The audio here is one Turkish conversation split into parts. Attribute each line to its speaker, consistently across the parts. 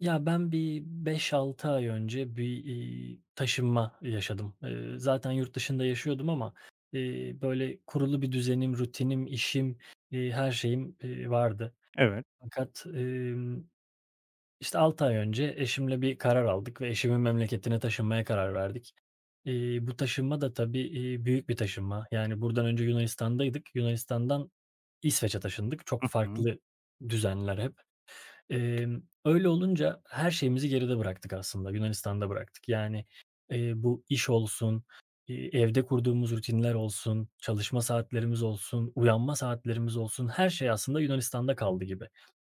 Speaker 1: Ya, ben bir beş altı ay önce taşınma yaşadım. Zaten yurt dışında yaşıyordum ama, böyle kurulu bir düzenim, rutinim, işim, her şeyim vardı.
Speaker 2: Evet.
Speaker 1: Fakat, işte, 6 ay önce eşimle bir karar aldık ve eşimin memleketine taşınmaya karar verdik. Bu taşınma da tabii, büyük bir taşınma. Yani, buradan önce Yunanistan'daydık. Yunanistan'dan İsveç'e taşındık.
Speaker 2: Hı
Speaker 1: Çok
Speaker 2: hı.
Speaker 1: farklı düzenler hep. Öyle olunca her şeyimizi geride bıraktık aslında, Yunanistan'da bıraktık. Yani, bu iş olsun, evde kurduğumuz rutinler olsun, çalışma saatlerimiz olsun, uyanma saatlerimiz olsun, her şey aslında Yunanistan'da kaldı gibi.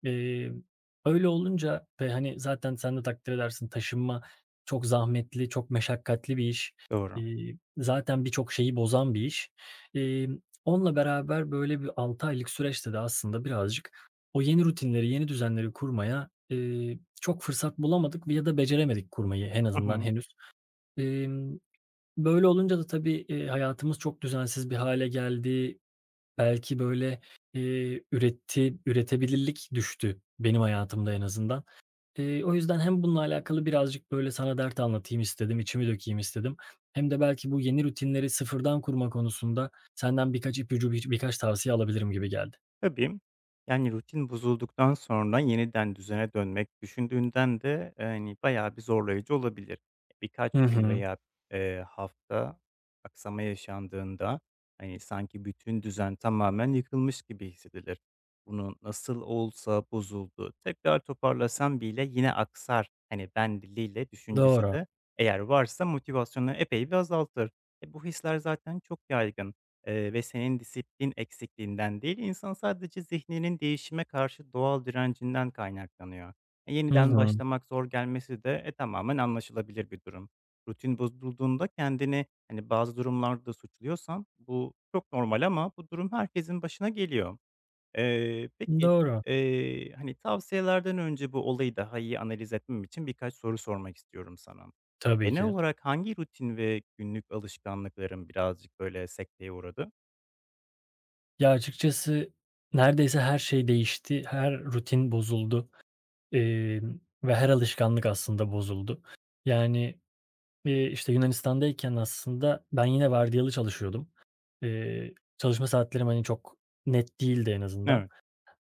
Speaker 1: Emm, Öyle olunca ve, hani, zaten sen de takdir edersin taşınma çok zahmetli, çok meşakkatli bir iş.
Speaker 2: Doğru.
Speaker 1: Zaten birçok şeyi bozan bir iş. Emm, Onunla beraber böyle bir 6 aylık süreçte de aslında birazcık o yeni rutinleri, yeni düzenleri kurmaya, çok fırsat bulamadık ya da beceremedik kurmayı en
Speaker 2: Hı
Speaker 1: azından
Speaker 2: hı.
Speaker 1: henüz. Emm, Böyle olunca da tabii, hayatımız çok düzensiz bir hale geldi. Belki böyle, üretebilirlik düştü benim hayatımda en azından. O yüzden hem bununla alakalı birazcık böyle sana dert anlatayım istedim, içimi dökeyim istedim. Hem de belki bu yeni rutinleri sıfırdan kurma konusunda senden birkaç ipucu, birkaç tavsiye alabilirim gibi geldi.
Speaker 2: Tabii. Rutin bozulduktan sonra yeniden düzene dönmek düşündüğünden de, bayağı bir zorlayıcı olabilir. Birkaç
Speaker 1: Hı
Speaker 2: gün
Speaker 1: hı.
Speaker 2: veya hafta aksama yaşandığında, sanki bütün düzen tamamen yıkılmış gibi hissedilir. Bunu nasıl olsa bozuldu, tekrar toparlasam bile yine aksar, ben diliyle düşüncesi
Speaker 1: Doğru.
Speaker 2: de eğer varsa motivasyonu epey bir azaltır. E, bu hisler zaten çok yaygın. Ve senin disiplin eksikliğinden değil, insan sadece zihninin değişime karşı doğal direncinden kaynaklanıyor. E,
Speaker 1: Hı
Speaker 2: yeniden
Speaker 1: hı.
Speaker 2: başlamak zor gelmesi de, e, tamamen anlaşılabilir bir durum. Rutin bozulduğunda kendini, bazı durumlarda da suçluyorsan bu çok normal ama bu durum herkesin başına geliyor. Eee, peki,
Speaker 1: Doğru.
Speaker 2: eee, hani, tavsiyelerden önce bu olayı daha iyi analiz etmem için birkaç soru sormak istiyorum sana.
Speaker 1: Tabii
Speaker 2: Genel
Speaker 1: ki.
Speaker 2: olarak hangi rutin ve günlük alışkanlıkların birazcık böyle sekteye uğradı?
Speaker 1: Ya, açıkçası neredeyse her şey değişti, her rutin bozuldu, ve her alışkanlık aslında bozuldu. Yani, işte, Yunanistan'dayken aslında ben yine vardiyalı çalışıyordum. Çalışma saatlerim, hani, çok net değildi en azından.
Speaker 2: Evet.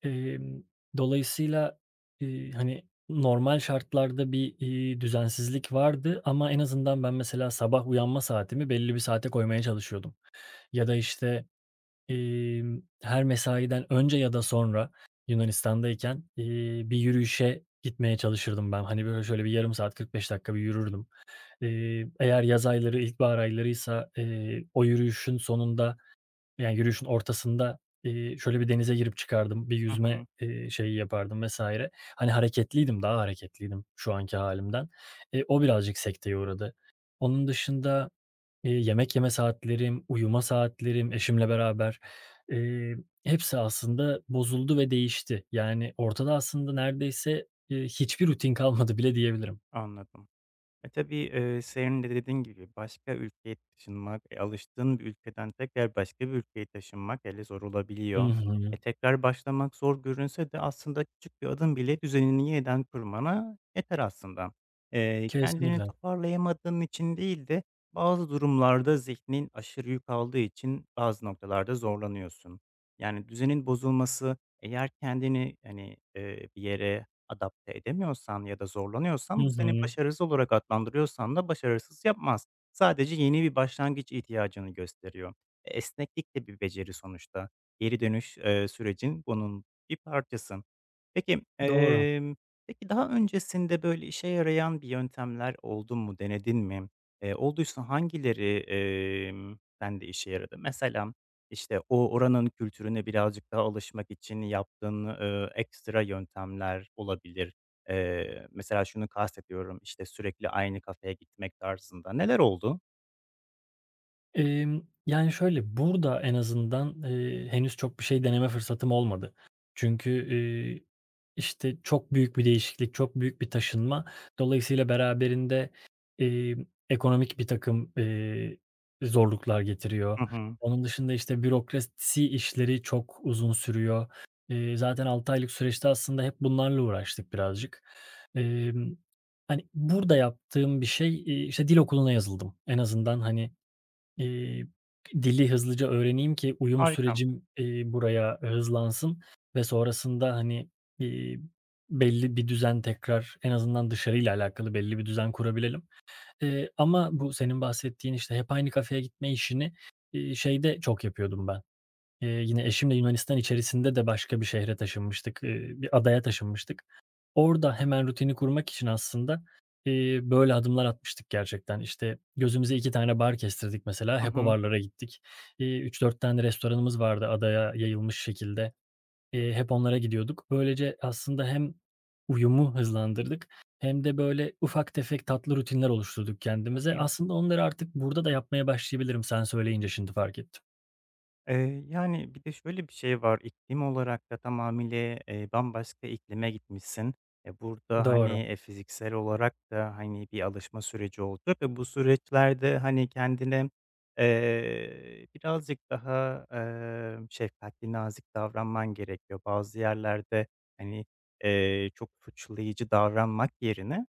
Speaker 1: Emm, Dolayısıyla, hani, normal şartlarda bir düzensizlik vardı ama en azından ben mesela sabah uyanma saatimi belli bir saate koymaya çalışıyordum. Ya da, işte, her mesaiden önce ya da sonra Yunanistan'dayken, bir yürüyüşe gitmeye çalışırdım ben. Hani, böyle, şöyle bir yarım saat, 45 dakika bir yürürdüm. Eğer yaz ayları, ilkbahar aylarıysa, o yürüyüşün sonunda, yani, yürüyüşün ortasında, şöyle bir denize girip çıkardım, bir
Speaker 2: Hı
Speaker 1: yüzme,
Speaker 2: hı.
Speaker 1: eee, şeyi yapardım vesaire. Hani, hareketliydim, daha hareketliydim şu anki hâlimden. O birazcık sekteye uğradı. Onun dışında, yemek yeme saatlerim, uyuma saatlerim eşimle beraber, eee, hepsi aslında bozuldu ve değişti. Yani, ortada aslında neredeyse hiçbir rutin kalmadı bile diyebilirim.
Speaker 2: Anladım. E, tabii, senin de dediğin gibi başka ülkeye taşınmak, e, alıştığın bir ülkeden tekrar başka bir ülkeye taşınmak hele zor
Speaker 1: Hı
Speaker 2: olabiliyor. E,
Speaker 1: hı.
Speaker 2: tekrar başlamak zor görünse de aslında küçük bir adım bile düzenini yeniden kurmana yeter aslında. Kendini
Speaker 1: Kesinlikle.
Speaker 2: toparlayamadığın için değil de bazı durumlarda zihnin aşırı yük aldığı için bazı noktalarda zorlanıyorsun. Yani düzenin bozulması eğer kendini, bir yere adapte edemiyorsan ya da
Speaker 1: Hı
Speaker 2: zorlanıyorsan bu seni
Speaker 1: hı.
Speaker 2: başarısız olarak adlandırıyorsan da başarısız yapmaz. Sadece yeni bir başlangıç ihtiyacını gösteriyor. E, esneklik de bir beceri sonuçta. Geri dönüş e, sürecin bunun bir parçası. Peki,
Speaker 1: Doğru.
Speaker 2: emm, peki, daha öncesinde böyle işe yarayan bir yöntemler oldu mu, denedin mi? Olduysa hangileri, sende işe yaradı? Mesela, o oranın kültürüne birazcık daha alışmak için yaptığın, ekstra yöntemler olabilir. Mesela şunu kastediyorum, işte, sürekli aynı kafeye gitmek tarzında. Neler oldu?
Speaker 1: Yani, şöyle, burada en azından, henüz çok bir şey deneme fırsatım olmadı. Çünkü, işte, çok büyük bir değişiklik, çok büyük bir taşınma. Dolayısıyla beraberinde, emm, ekonomik birtakım, zorluklar getiriyor.
Speaker 2: Hı hı.
Speaker 1: Onun dışında, işte, bürokrasi işleri çok uzun sürüyor. Zaten 6 aylık süreçte aslında hep bunlarla uğraştık birazcık. Emm, Hani, burada yaptığım bir şey, işte, dil okuluna yazıldım. En azından, hani, Eee, dili hızlıca öğreneyim ki uyum
Speaker 2: Harika.
Speaker 1: sürecim, buraya hızlansın ve sonrasında, hani, iii, belli bir düzen tekrar en azından dışarıyla alakalı belli bir düzen kurabilelim. Ama bu senin bahsettiğin, işte, hep aynı kafeye gitme işini, şeyde çok yapıyordum ben. Yine eşimle Yunanistan içerisinde de başka bir şehre taşınmıştık, bir adaya taşınmıştık. Orada hemen rutini kurmak için aslında, böyle adımlar atmıştık gerçekten. İşte, gözümüze 2 tane bar kestirdik mesela,
Speaker 2: Hı
Speaker 1: hep o
Speaker 2: hı.
Speaker 1: barlara gittik. 3-4 tane restoranımız vardı adaya yayılmış şekilde. Hep onlara gidiyorduk. Böylece aslında hem uyumu hızlandırdık hem de, böyle, ufak tefek tatlı rutinler oluşturduk kendimize.
Speaker 2: Tabii.
Speaker 1: Aslında onları artık burada da yapmaya başlayabilirim sen söyleyince şimdi fark ettim.
Speaker 2: Bir de şöyle bir şey var, iklim olarak da tamamıyla bambaşka iklime gitmişsin. E, burada,
Speaker 1: Doğru.
Speaker 2: e, fiziksel olarak da, bir alışma süreci olacak ve bu süreçlerde, kendine, birazcık daha, şefkatli, nazik davranman gerekiyor. Bazı yerlerde, hani, çok suçlayıcı davranmak yerine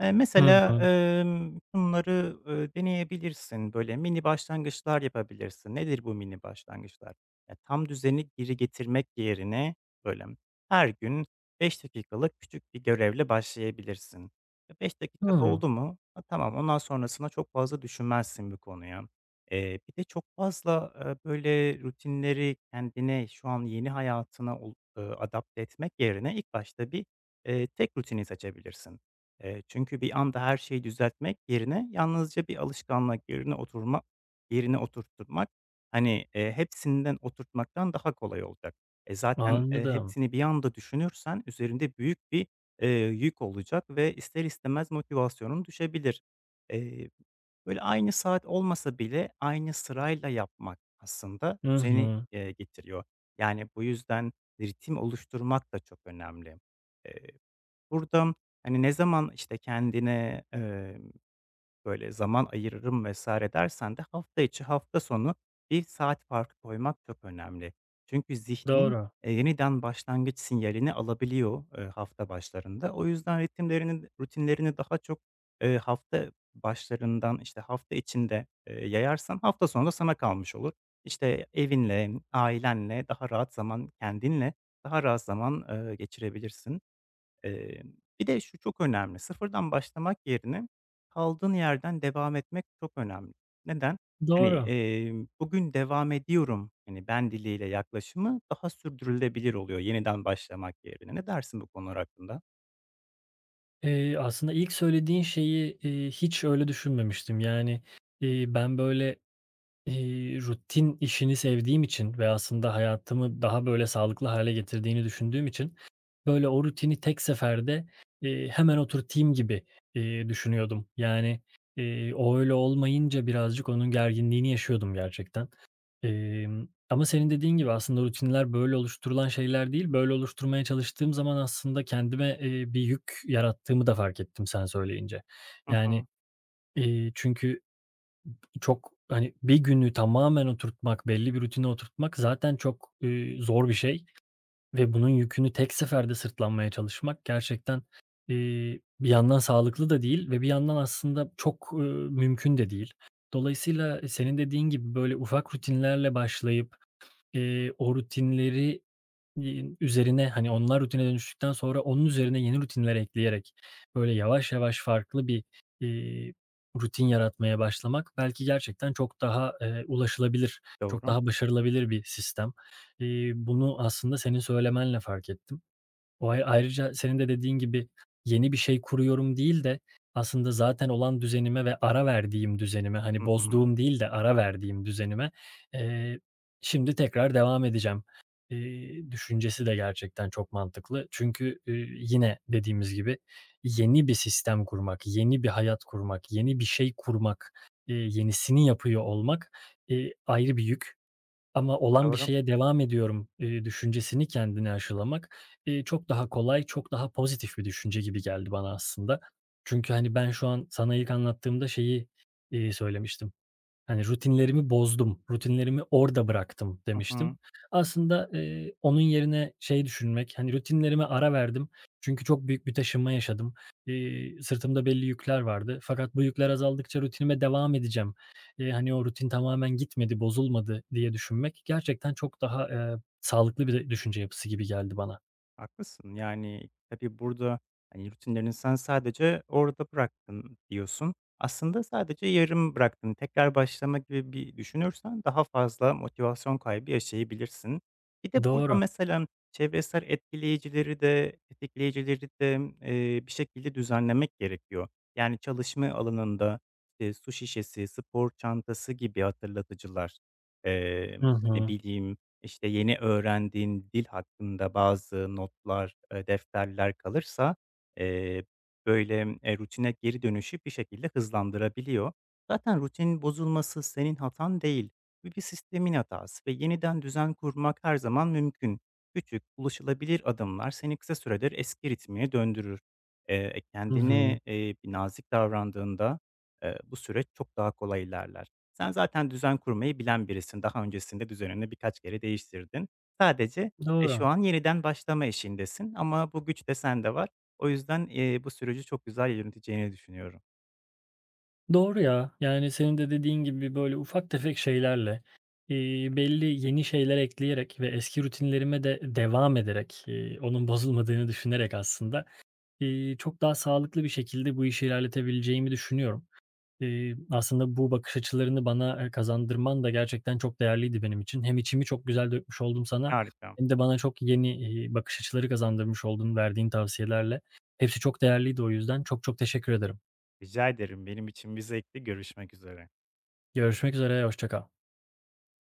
Speaker 1: Hı hı.
Speaker 2: Bunları, deneyebilirsin. Böyle mini başlangıçlar yapabilirsin. Nedir bu mini başlangıçlar? Ya, tam düzeni geri getirmek yerine, böyle, her gün 5 dakikalık küçük bir görevle başlayabilirsin. E, 5 dakika doldu
Speaker 1: Hımm.
Speaker 2: mu, ha, tamam, ondan sonrasında çok fazla düşünmezsin bu konuya. Bir de çok fazla, böyle rutinleri kendine, şu an yeni hayatına ol adapte etmek yerine ilk başta bir tek rutini seçebilirsin. Çünkü bir anda her şeyi düzeltmek yerine yalnızca bir alışkanlık yerine oturtturmak, hepsinden oturtmaktan daha kolay olacak. E, zaten,
Speaker 1: Anladım.
Speaker 2: hepsini bir anda düşünürsen üzerinde büyük bir yük olacak ve ister istemez motivasyonun düşebilir. Eee, aynı saat olmasa bile aynı sırayla yapmak aslında
Speaker 1: Hı
Speaker 2: düzeni,
Speaker 1: hı.
Speaker 2: getiriyor. Yani, bu yüzden ritim oluşturmak da çok önemli. Eee Burada, ne zaman, kendine, zaman ayırırım vesaire dersen de hafta içi, hafta sonu bir saat farkı koymak çok önemli. Çünkü zihnin,
Speaker 1: Doğru.
Speaker 2: yeniden başlangıç sinyalini alabiliyor, hafta başlarında. O yüzden ritimlerini rutinlerini daha çok, hafta başlarından, hafta içinde, yayarsan hafta sonu da sana kalmış olur. İşte, evinle, ailenle daha rahat zaman kendinle daha rahat zaman, geçirebilirsin. Eee, bir de şu çok önemli, sıfırdan başlamak yerine kaldığın yerden devam etmek çok önemli. Neden? Hani,
Speaker 1: Doğru.
Speaker 2: bugün devam ediyorum, ben diliyle yaklaşımı daha sürdürülebilir oluyor yeniden başlamak yerine. Ne dersin bu konular hakkında?
Speaker 1: Aslında ilk söylediğin şeyi, hiç öyle düşünmemiştim. Yani, ben böyle, rutin işini sevdiğim için ve aslında hayatımı daha böyle sağlıklı hale getirdiğini düşündüğüm için, böyle o rutini tek seferde, hemen oturtayım gibi, düşünüyordum. Yani, o öyle olmayınca birazcık onun gerginliğini yaşıyordum gerçekten. Ama senin dediğin gibi aslında rutinler böyle oluşturulan şeyler değil. Böyle oluşturmaya çalıştığım zaman aslında kendime, bir yük yarattığımı da fark ettim sen söyleyince.
Speaker 2: Hı
Speaker 1: Yani,
Speaker 2: hı.
Speaker 1: çünkü çok, hani, bir günü tamamen oturtmak, belli bir rutine oturtmak zaten çok, zor bir şey ve bunun yükünü tek seferde sırtlanmaya çalışmak gerçekten, bir yandan sağlıklı da değil ve bir yandan aslında çok, mümkün de değil. Dolayısıyla senin dediğin gibi böyle ufak rutinlerle başlayıp, o rutinleri in üzerine, hani, onlar rutine dönüştükten sonra onun üzerine yeni rutinler ekleyerek, böyle, yavaş yavaş farklı bir, eee, rutin yaratmaya başlamak belki gerçekten çok daha ulaşılabilir, çok
Speaker 2: Doğru.
Speaker 1: daha başarılabilir bir sistem. Bunu aslında senin söylemenle fark ettim. O ay ayrıca senin de dediğin gibi yeni bir şey kuruyorum değil de aslında zaten olan düzenime ve ara verdiğim düzenime, hani,
Speaker 2: Hı hı.
Speaker 1: bozduğum değil de ara verdiğim düzenime, eee, şimdi tekrar devam edeceğim, düşüncesi de gerçekten çok mantıklı. Çünkü, yine dediğimiz gibi yeni bir sistem kurmak, yeni bir hayat kurmak, yeni bir şey kurmak, yenisini yapıyor olmak, ayrı bir yük. Ama olan bir
Speaker 2: Doğru.
Speaker 1: şeye devam ediyorum, düşüncesini kendine aşılamak, çok daha kolay, çok daha pozitif bir düşünce gibi geldi bana aslında. Çünkü, hani, ben şu an sana ilk anlattığımda şeyi, söylemiştim. Hani, rutinlerimi bozdum, rutinlerimi orada bıraktım
Speaker 2: Hı hı.
Speaker 1: demiştim. Aslında, onun yerine şey düşünmek, hani, rutinlerime ara verdim çünkü çok büyük bir taşınma yaşadım. Sırtımda belli yükler vardı fakat bu yükler azaldıkça rutinime devam edeceğim. Hani, o rutin tamamen gitmedi, bozulmadı diye düşünmek gerçekten çok daha sağlıklı bir de düşünce yapısı gibi geldi bana.
Speaker 2: Haklısın. Tabii burada, rutinlerini sen sadece orada bıraktın diyorsun. Aslında sadece yarım bıraktın. Tekrar başlama gibi bir düşünürsen daha fazla motivasyon kaybı yaşayabilirsin. Bir de burada
Speaker 1: Doğru.
Speaker 2: mesela çevresel etkileyicileri de, tetikleyicileri de, bir şekilde düzenlemek gerekiyor. Yani çalışma alanında, su şişesi, spor çantası gibi hatırlatıcılar, eee,
Speaker 1: Hı
Speaker 2: ne
Speaker 1: hı.
Speaker 2: bileyim işte, yeni öğrendiğin dil hakkında bazı notlar, defterler kalırsa, eee, rutine geri dönüşü bir şekilde hızlandırabiliyor. Zaten rutinin bozulması senin hatan değil. Bu bir sistemin hatası ve yeniden düzen kurmak her zaman mümkün. Küçük, ulaşılabilir adımlar seni kısa süredir eski ritmine döndürür. Eee,
Speaker 1: Hı hı.
Speaker 2: kendine, eee, bir nazik davrandığında, bu süreç çok daha kolay ilerler. Sen zaten düzen kurmayı bilen birisin. Daha öncesinde düzenini birkaç kere değiştirdin. Sadece, e, şu
Speaker 1: Doğru.
Speaker 2: an yeniden başlama eşiğindesin ama bu güç de sende var. O yüzden, bu süreci çok güzel yöneteceğini düşünüyorum.
Speaker 1: Doğru ya. Yani, senin de dediğin gibi, böyle, ufak tefek şeylerle, belli yeni şeyler ekleyerek ve eski rutinlerime de devam ederek, onun bozulmadığını düşünerek aslında, çok daha sağlıklı bir şekilde bu işi ilerletebileceğimi düşünüyorum. Aslında bu bakış açılarını bana, kazandırman da gerçekten çok değerliydi benim için. Hem içimi çok güzel dökmüş oldum sana
Speaker 2: Harika.
Speaker 1: hem de bana çok yeni, bakış açıları kazandırmış oldun verdiğin tavsiyelerle. Hepsi çok değerliydi o yüzden. Çok çok teşekkür ederim.
Speaker 2: Rica ederim. Benim için bir zevkti. Görüşmek üzere.
Speaker 1: Görüşmek üzere, hoşça kal.